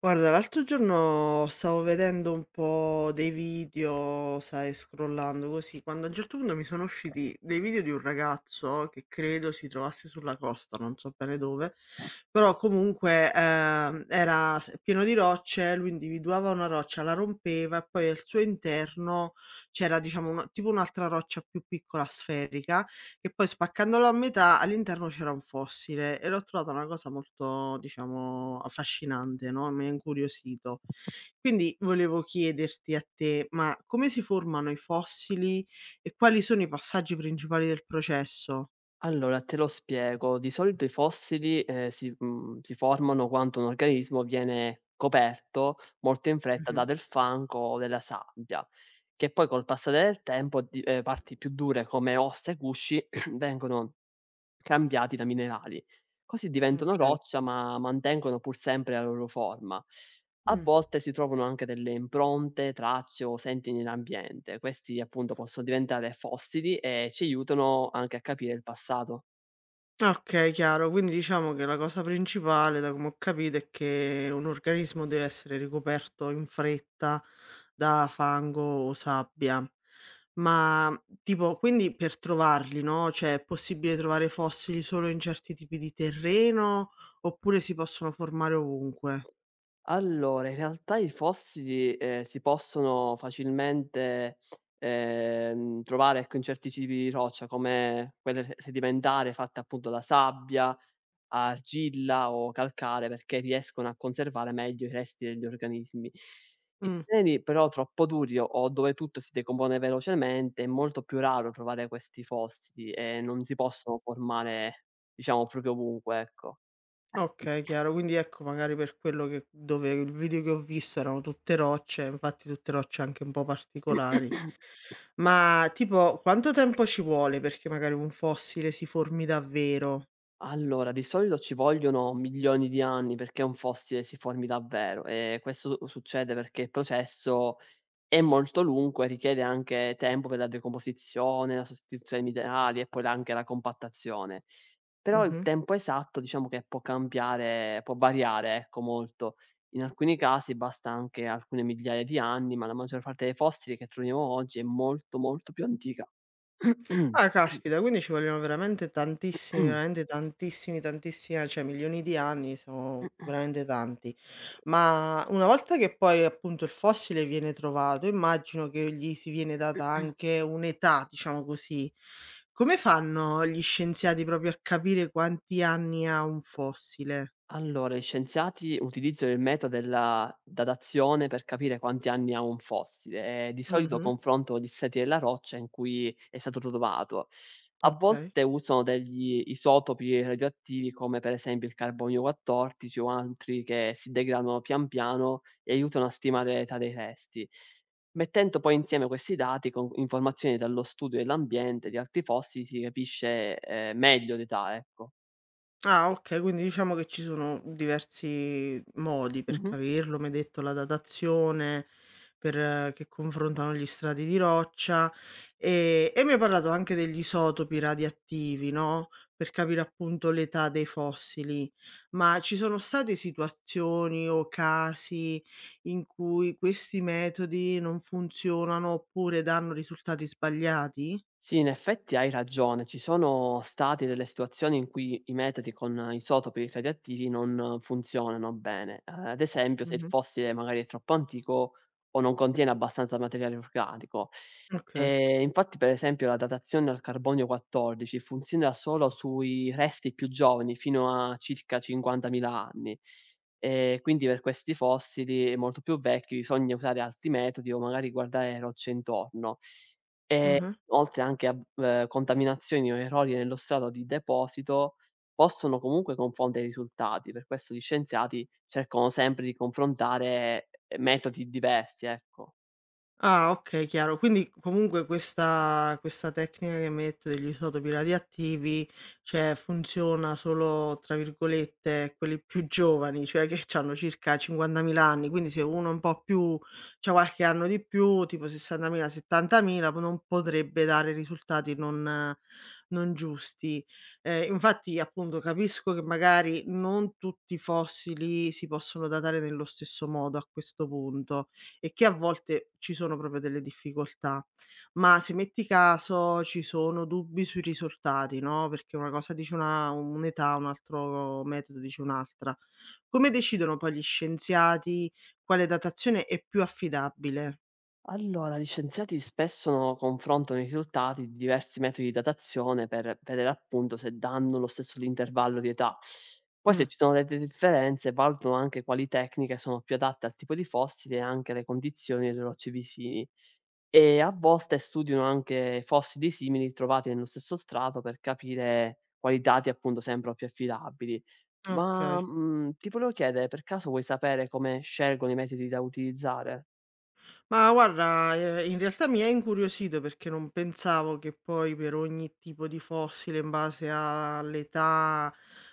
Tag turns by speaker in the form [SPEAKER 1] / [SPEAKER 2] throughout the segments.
[SPEAKER 1] Guarda, l'altro giorno stavo vedendo un po' dei video, sai, scrollando così, quando a un certo punto mi sono usciti dei video di un ragazzo che credo si trovasse sulla costa, non so bene dove, però comunque pieno di rocce, lui individuava una roccia, la rompeva e poi al suo interno c'era, diciamo, tipo un'altra roccia più piccola, sferica, che poi spaccandolo a metà, all'interno c'era un fossile e l'ho trovata una cosa molto, diciamo, affascinante, no, mi ha incuriosito. Quindi volevo chiederti a te: ma come si formano i fossili e quali sono i passaggi principali del processo?
[SPEAKER 2] Allora, te lo spiego. Di solito i fossili, si formano quando un organismo viene coperto molto in fretta
[SPEAKER 1] Mh-mh.
[SPEAKER 2] da del fango o della sabbia, che poi col passare del tempo di parti più dure come ossa e gusci vengono cambiati da minerali. Così diventano
[SPEAKER 1] Okay.
[SPEAKER 2] roccia, ma mantengono pur sempre la loro forma. A
[SPEAKER 1] Mh.
[SPEAKER 2] volte si trovano anche delle impronte, tracce o senti nell'ambiente. Questi appunto possono diventare fossili e ci aiutano anche a capire il passato.
[SPEAKER 1] Okay, chiaro. Quindi diciamo che la cosa principale, da come ho capito, è che un organismo deve essere ricoperto in fretta da fango o sabbia. Ma tipo quindi per trovarli, no, cioè è possibile trovare fossili solo in certi tipi di terreno, oppure si possono formare ovunque?
[SPEAKER 2] Allora, in realtà i fossili, si possono facilmente, trovare, ecco, in certi tipi di roccia come quelle se sedimentare fatte appunto da sabbia, a argilla o calcare perché riescono a conservare meglio i resti degli organismi. I
[SPEAKER 1] Mh,
[SPEAKER 2] terreni però troppo duri o dove tutto si decompone velocemente è molto più raro trovare questi fossili e non si possono formare, diciamo, proprio ovunque, ecco.
[SPEAKER 1] okay, chiaro. Quindi ecco magari per quello che dove il video che ho visto erano tutte rocce, infatti tutte rocce anche un po' particolari. Ma tipo quanto tempo ci vuole perché magari un fossile si formi davvero?
[SPEAKER 2] Allora, di solito ci vogliono milioni di anni perché un fossile si formi davvero, e questo succede perché il processo è molto lungo e richiede anche tempo per la decomposizione, la sostituzione dei minerali e poi la anche la compattazione. Però il
[SPEAKER 1] Mh-mh.
[SPEAKER 2] tempo esatto diciamo che può cambiare, può variare, ecco, molto. In alcuni casi basta anche alcune migliaia di anni, ma la maggior parte dei fossili che troviamo oggi è molto, molto più antica.
[SPEAKER 1] Ah caspita, quindi ci vogliono veramente tantissimi, tantissimi a cioè milioni di anni, sono veramente tanti. Ma una volta che poi appunto il fossile viene trovato, immagino che gli si viene data anche un'età, diciamo così. Come fanno gli scienziati proprio a capire quanti anni ha un fossile?
[SPEAKER 2] Allora, gli scienziati utilizzano il metodo della datazione per capire quanti anni ha un fossile, e di solito
[SPEAKER 1] Mh-mh.
[SPEAKER 2] confrontano gli strati della roccia in cui è stato trovato. A
[SPEAKER 1] Okay.
[SPEAKER 2] volte usano degli isotopi radioattivi, come per esempio il carbonio 14 o altri, che si degradano pian piano e aiutano a stimare l'età dei resti, mettendo poi insieme questi dati con informazioni dallo studio dell'ambiente di altri fossili si capisce meglio l'età, ecco.
[SPEAKER 1] Ah okay, quindi diciamo che ci sono diversi modi per
[SPEAKER 2] Mhm.
[SPEAKER 1] capirlo. Mi hai detto la datazione per che confrontano gli strati di roccia, e mi hai parlato anche degli isotopi radioattivi, no, per capire appunto l'età dei fossili. Ma ci sono state situazioni o casi in cui questi metodi non funzionano oppure danno risultati sbagliati?
[SPEAKER 2] Sì, in effetti hai ragione. Ci sono state delle situazioni in cui i metodi con isotopi radioattivi non funzionano bene. Ad esempio, se il
[SPEAKER 1] Mh-mh.
[SPEAKER 2] fossile magari è troppo antico o non contiene abbastanza materiale organico.
[SPEAKER 1] Okay.
[SPEAKER 2] E infatti, per esempio, la datazione al carbonio 14 funziona solo sui resti più giovani, fino a circa 50.000 anni. E quindi per questi fossili molto più vecchi bisogna usare altri metodi o magari guardare rocce intorno. Eh,
[SPEAKER 1] Mh-mh.
[SPEAKER 2] Oltre anche a, contaminazioni o errori nello strato di deposito, possono comunque confondere i risultati. Per questo gli scienziati cercano sempre di confrontare, metodi diversi, ecco.
[SPEAKER 1] Ah, okay, chiaro. Quindi comunque questa tecnica che mi hai detto degli isotopi radioattivi, cioè funziona solo, tra virgolette, quelli più giovani, cioè che c'hanno circa 50.000 anni, quindi se uno è un po' più c'ha qualche anno di più, tipo 60.000, 70.000, p non potrebbe dare risultati non giusti. Infatti appunto capisco che magari non tutti i fossili si possono datare nello stesso modo a questo punto e che a volte ci sono proprio delle difficoltà. Ma se metti caso ci sono dubbi sui risultati, no, perché una cosa dice una un'età, un altro metodo dice un'altra, come decidono poi gli scienziati quale datazione è più affidabile?
[SPEAKER 2] Allora, gli scienziati spesso confrontano i risultati di diversi metodi di datazione per vedere appunto se danno lo stesso l'intervallo di età. Poi
[SPEAKER 1] Mh,
[SPEAKER 2] se ci sono delle differenze, valutano anche quali tecniche sono più adatte al tipo di fossile e anche alle condizioni delle rocce vicini. E a volte studiano anche fossili simili trovati nello stesso strato per capire quali dati appunto sembrano più affidabili.
[SPEAKER 1] okay.
[SPEAKER 2] Ti volevo chiedere, per caso vuoi sapere come scelgono i metodi da utilizzare?
[SPEAKER 1] Ma guarda, in realtà mi ha incuriosito perché non pensavo che poi per ogni tipo di fossile, in base all'età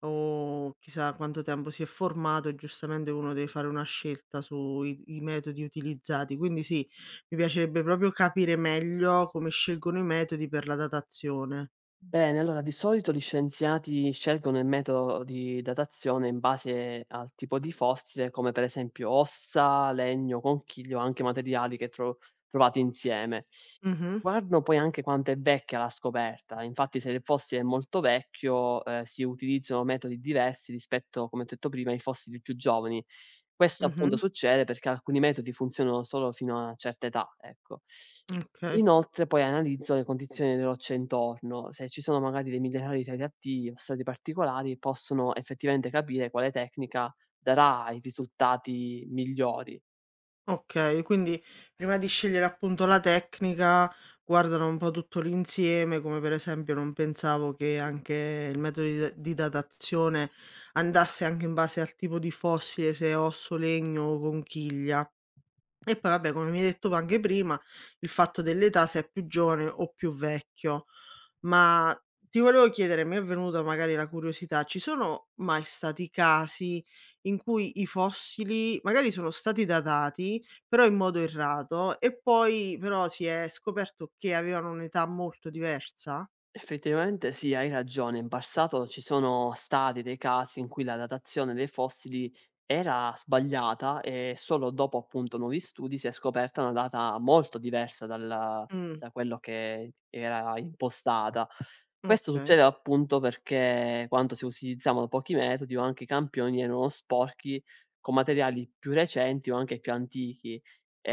[SPEAKER 1] o chissà quanto tempo si è formato, giustamente uno deve fare una scelta sui i metodi utilizzati. Quindi sì, mi piacerebbe proprio capire meglio come scelgono i metodi per la datazione.
[SPEAKER 2] Bene, allora di solito gli scienziati scelgono il metodo di datazione in base al tipo di fossile, come per esempio ossa, legno, conchiglie o anche materiali che trovati insieme.
[SPEAKER 1] Mh-mh,
[SPEAKER 2] Guardo poi anche quanto è vecchia la scoperta. Infatti se il fossile è molto vecchio, si utilizzano metodi diversi rispetto, come ho detto prima, ai fossili più giovani. Questo
[SPEAKER 1] mh-mh,
[SPEAKER 2] appunto succede perché alcuni metodi funzionano solo fino a una certa età, ecco.
[SPEAKER 1] okay.
[SPEAKER 2] Inoltre poi analizzo le condizioni delle rocce intorno. Se ci sono magari dei minerali radioattivi o strati particolari, possono effettivamente capire quale tecnica darà i risultati migliori.
[SPEAKER 1] Okay, quindi prima di scegliere appunto la tecnica, guardano un po' tutto l'insieme, come per esempio non pensavo che anche il metodo di datazione andasse anche in base al tipo di fossile, se è osso, legno o conchiglia. E poi vabbè, come mi hai detto tu anche prima, il fatto dell'età, se è più giovane o più vecchio. Ma ti volevo chiedere, mi è venuta magari la curiosità, ci sono mai stati casi in cui i fossili magari sono stati datati, però in modo errato, e poi però si è scoperto che avevano un'età molto diversa?
[SPEAKER 2] Effettivamente sì, hai ragione. In passato ci sono stati dei casi in cui la datazione dei fossili era sbagliata e solo dopo appunto nuovi studi si è scoperta una data molto diversa
[SPEAKER 1] Mh,
[SPEAKER 2] da quello che era impostata. Questo
[SPEAKER 1] okay.
[SPEAKER 2] succede appunto perché quando si utilizzavano pochi metodi o anche i campioni erano sporchi con materiali più recenti o anche più antichi.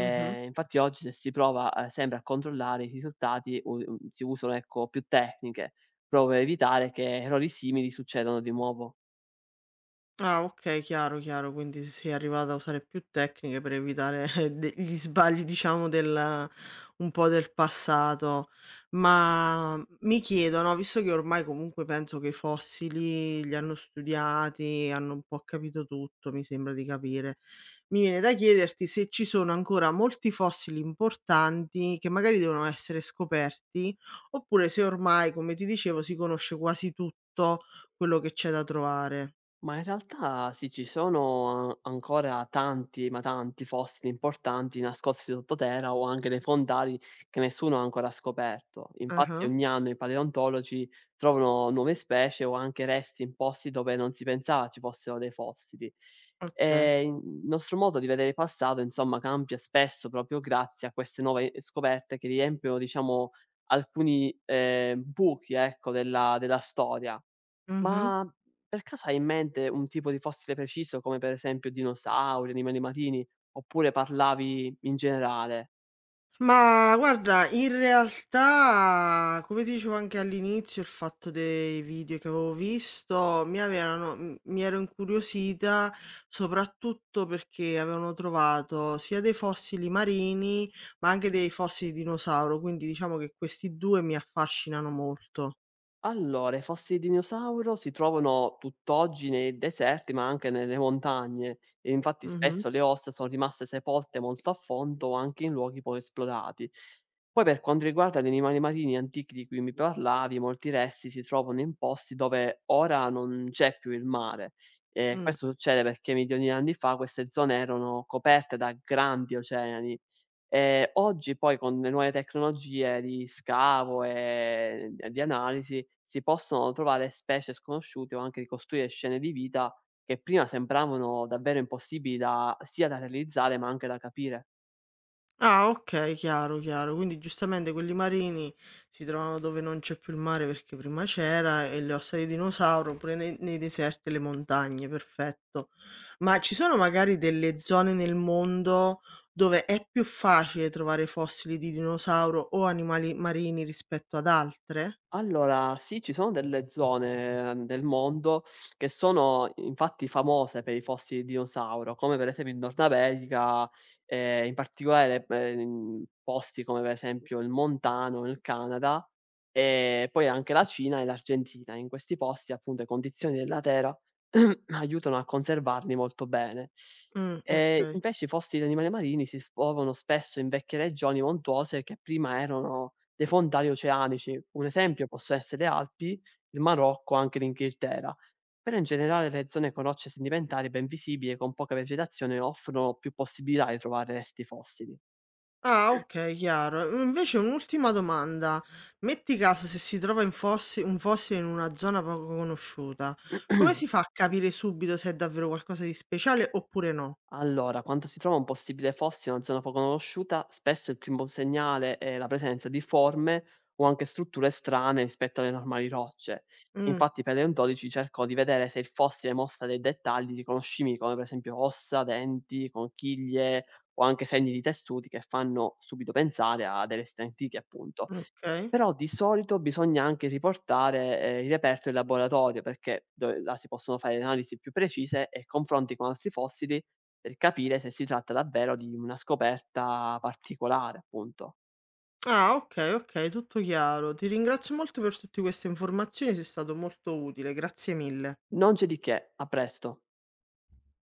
[SPEAKER 1] Mh-mh.
[SPEAKER 2] Infatti oggi se si prova, sempre a controllare i risultati u si usano, ecco, più tecniche, proprio per evitare che errori simili succedano di nuovo.
[SPEAKER 1] Ah okay, chiaro, chiaro, quindi sei arrivata a usare più tecniche per evitare de gli sbagli diciamo del un po' del passato. Ma mi chiedo, no, visto che ormai comunque penso che i fossili li hanno studiati, hanno un po' capito tutto, mi sembra di capire, mi viene da chiederti se ci sono ancora molti fossili importanti che magari devono essere scoperti, oppure se ormai, come ti dicevo, si conosce quasi tutto quello che c'è da trovare.
[SPEAKER 2] Ma in realtà sì, ci sono a ancora tanti, ma tanti fossili importanti nascosti sottoterra o anche dei fondali che nessuno ha ancora scoperto. Infatti
[SPEAKER 1] Ah-ah.
[SPEAKER 2] ogni anno i paleontologi trovano nuove specie o anche resti in posti dove non si pensava ci fossero dei fossili.
[SPEAKER 1] Okay.
[SPEAKER 2] E in il nostro modo di vedere il passato, insomma, cambia spesso proprio grazie a queste nuove scoperte che riempiono, diciamo, alcuni, buchi, ecco, della storia.
[SPEAKER 1] Mh-mh.
[SPEAKER 2] Ma mhmm, per caso hai in mente un tipo di fossile preciso, come per esempio dinosauri, animali marini, oppure parlavi in generale?
[SPEAKER 1] Ma guarda, in realtà, come ti dicevo anche all'inizio, il fatto dei video che avevo visto mi avevano m mi ero incuriosita soprattutto perché avevano trovato sia dei fossili marini, ma anche dei fossili di dinosauro, quindi diciamo che questi due mi affascinano molto.
[SPEAKER 2] Allora, i fossili di dinosauro si trovano tutt'oggi nei deserti, ma anche nelle montagne, e infatti
[SPEAKER 1] Mh-mh.
[SPEAKER 2] spesso le ossa sono rimaste sepolte molto a fondo o anche in luoghi poco esplorati. Poi per quanto riguarda gli animali marini antichi di cui mi parlavi, molti resti si trovano in posti dove ora non c'è più il mare. E
[SPEAKER 1] Mh.
[SPEAKER 2] questo succede perché milioni di anni fa queste zone erano coperte da grandi oceani. Oggi poi con le nuove tecnologie di scavo e d di analisi, si possono trovare specie sconosciute o anche ricostruire scene di vita che prima sembravano davvero impossibili da sia da realizzare ma anche da capire.
[SPEAKER 1] Ah okay, chiaro, chiaro. Quindi giustamente quelli marini si trovano dove non c'è più il mare perché prima c'era e le ossa di dinosauro pure ne nei deserti e le montagne, perfetto. Ma ci sono magari delle zone nel mondo dove è più facile trovare fossili di dinosauro o animali marini rispetto ad altre?
[SPEAKER 2] Allora, sì, ci sono delle zone del mondo che sono infatti famose per i fossili di dinosauro, come per esempio in Nord America, in particolare, in posti come per esempio il Montano, nel Canada, e poi anche la Cina e l'Argentina. In questi posti, appunto, le condizioni della terra aiutano a conservarli molto bene.
[SPEAKER 1] Okay.
[SPEAKER 2] Invece i posti di animali marini si trovano spesso in vecchie regioni montuose che prima erano dei fondali oceanici. Un esempio possono essere le Alpi, il Marocco, anche l'Inghilterra. Però in generale le zone con rocce sedimentarie ben visibili e con poca vegetazione offrono più possibilità di trovare resti fossili.
[SPEAKER 1] Ah, okay, chiaro. Mhmm, invece un'ultima domanda: metti caso se si trova in fossi un fossile in una zona poco conosciuta, come si fa a capire subito se è davvero qualcosa di speciale oppure no?
[SPEAKER 2] Allora, quando si trova un possibile fossile in una zona poco conosciuta, spesso il primo segnale è la presenza di forme o anche strutture strane rispetto alle normali rocce.
[SPEAKER 1] Mh,
[SPEAKER 2] Infatti, i paleontologi cercano di vedere se il fossile mostra dei dettagli riconoscibili, come per esempio ossa, denti, conchiglie o anche segni di tessuti che fanno subito pensare a delle resti antiche, appunto.
[SPEAKER 1] okay.
[SPEAKER 2] Però di solito bisogna anche riportare, il reperto in laboratorio, perché dove là si possono fare analisi più precise e confronti con altri fossili per capire se si tratta davvero di una scoperta particolare, appunto.
[SPEAKER 1] Ah, okay, okay, tutto chiaro. Ti ringrazio molto per tutte queste informazioni, sei stato molto utile, grazie mille.
[SPEAKER 2] Non c'è di che, a presto.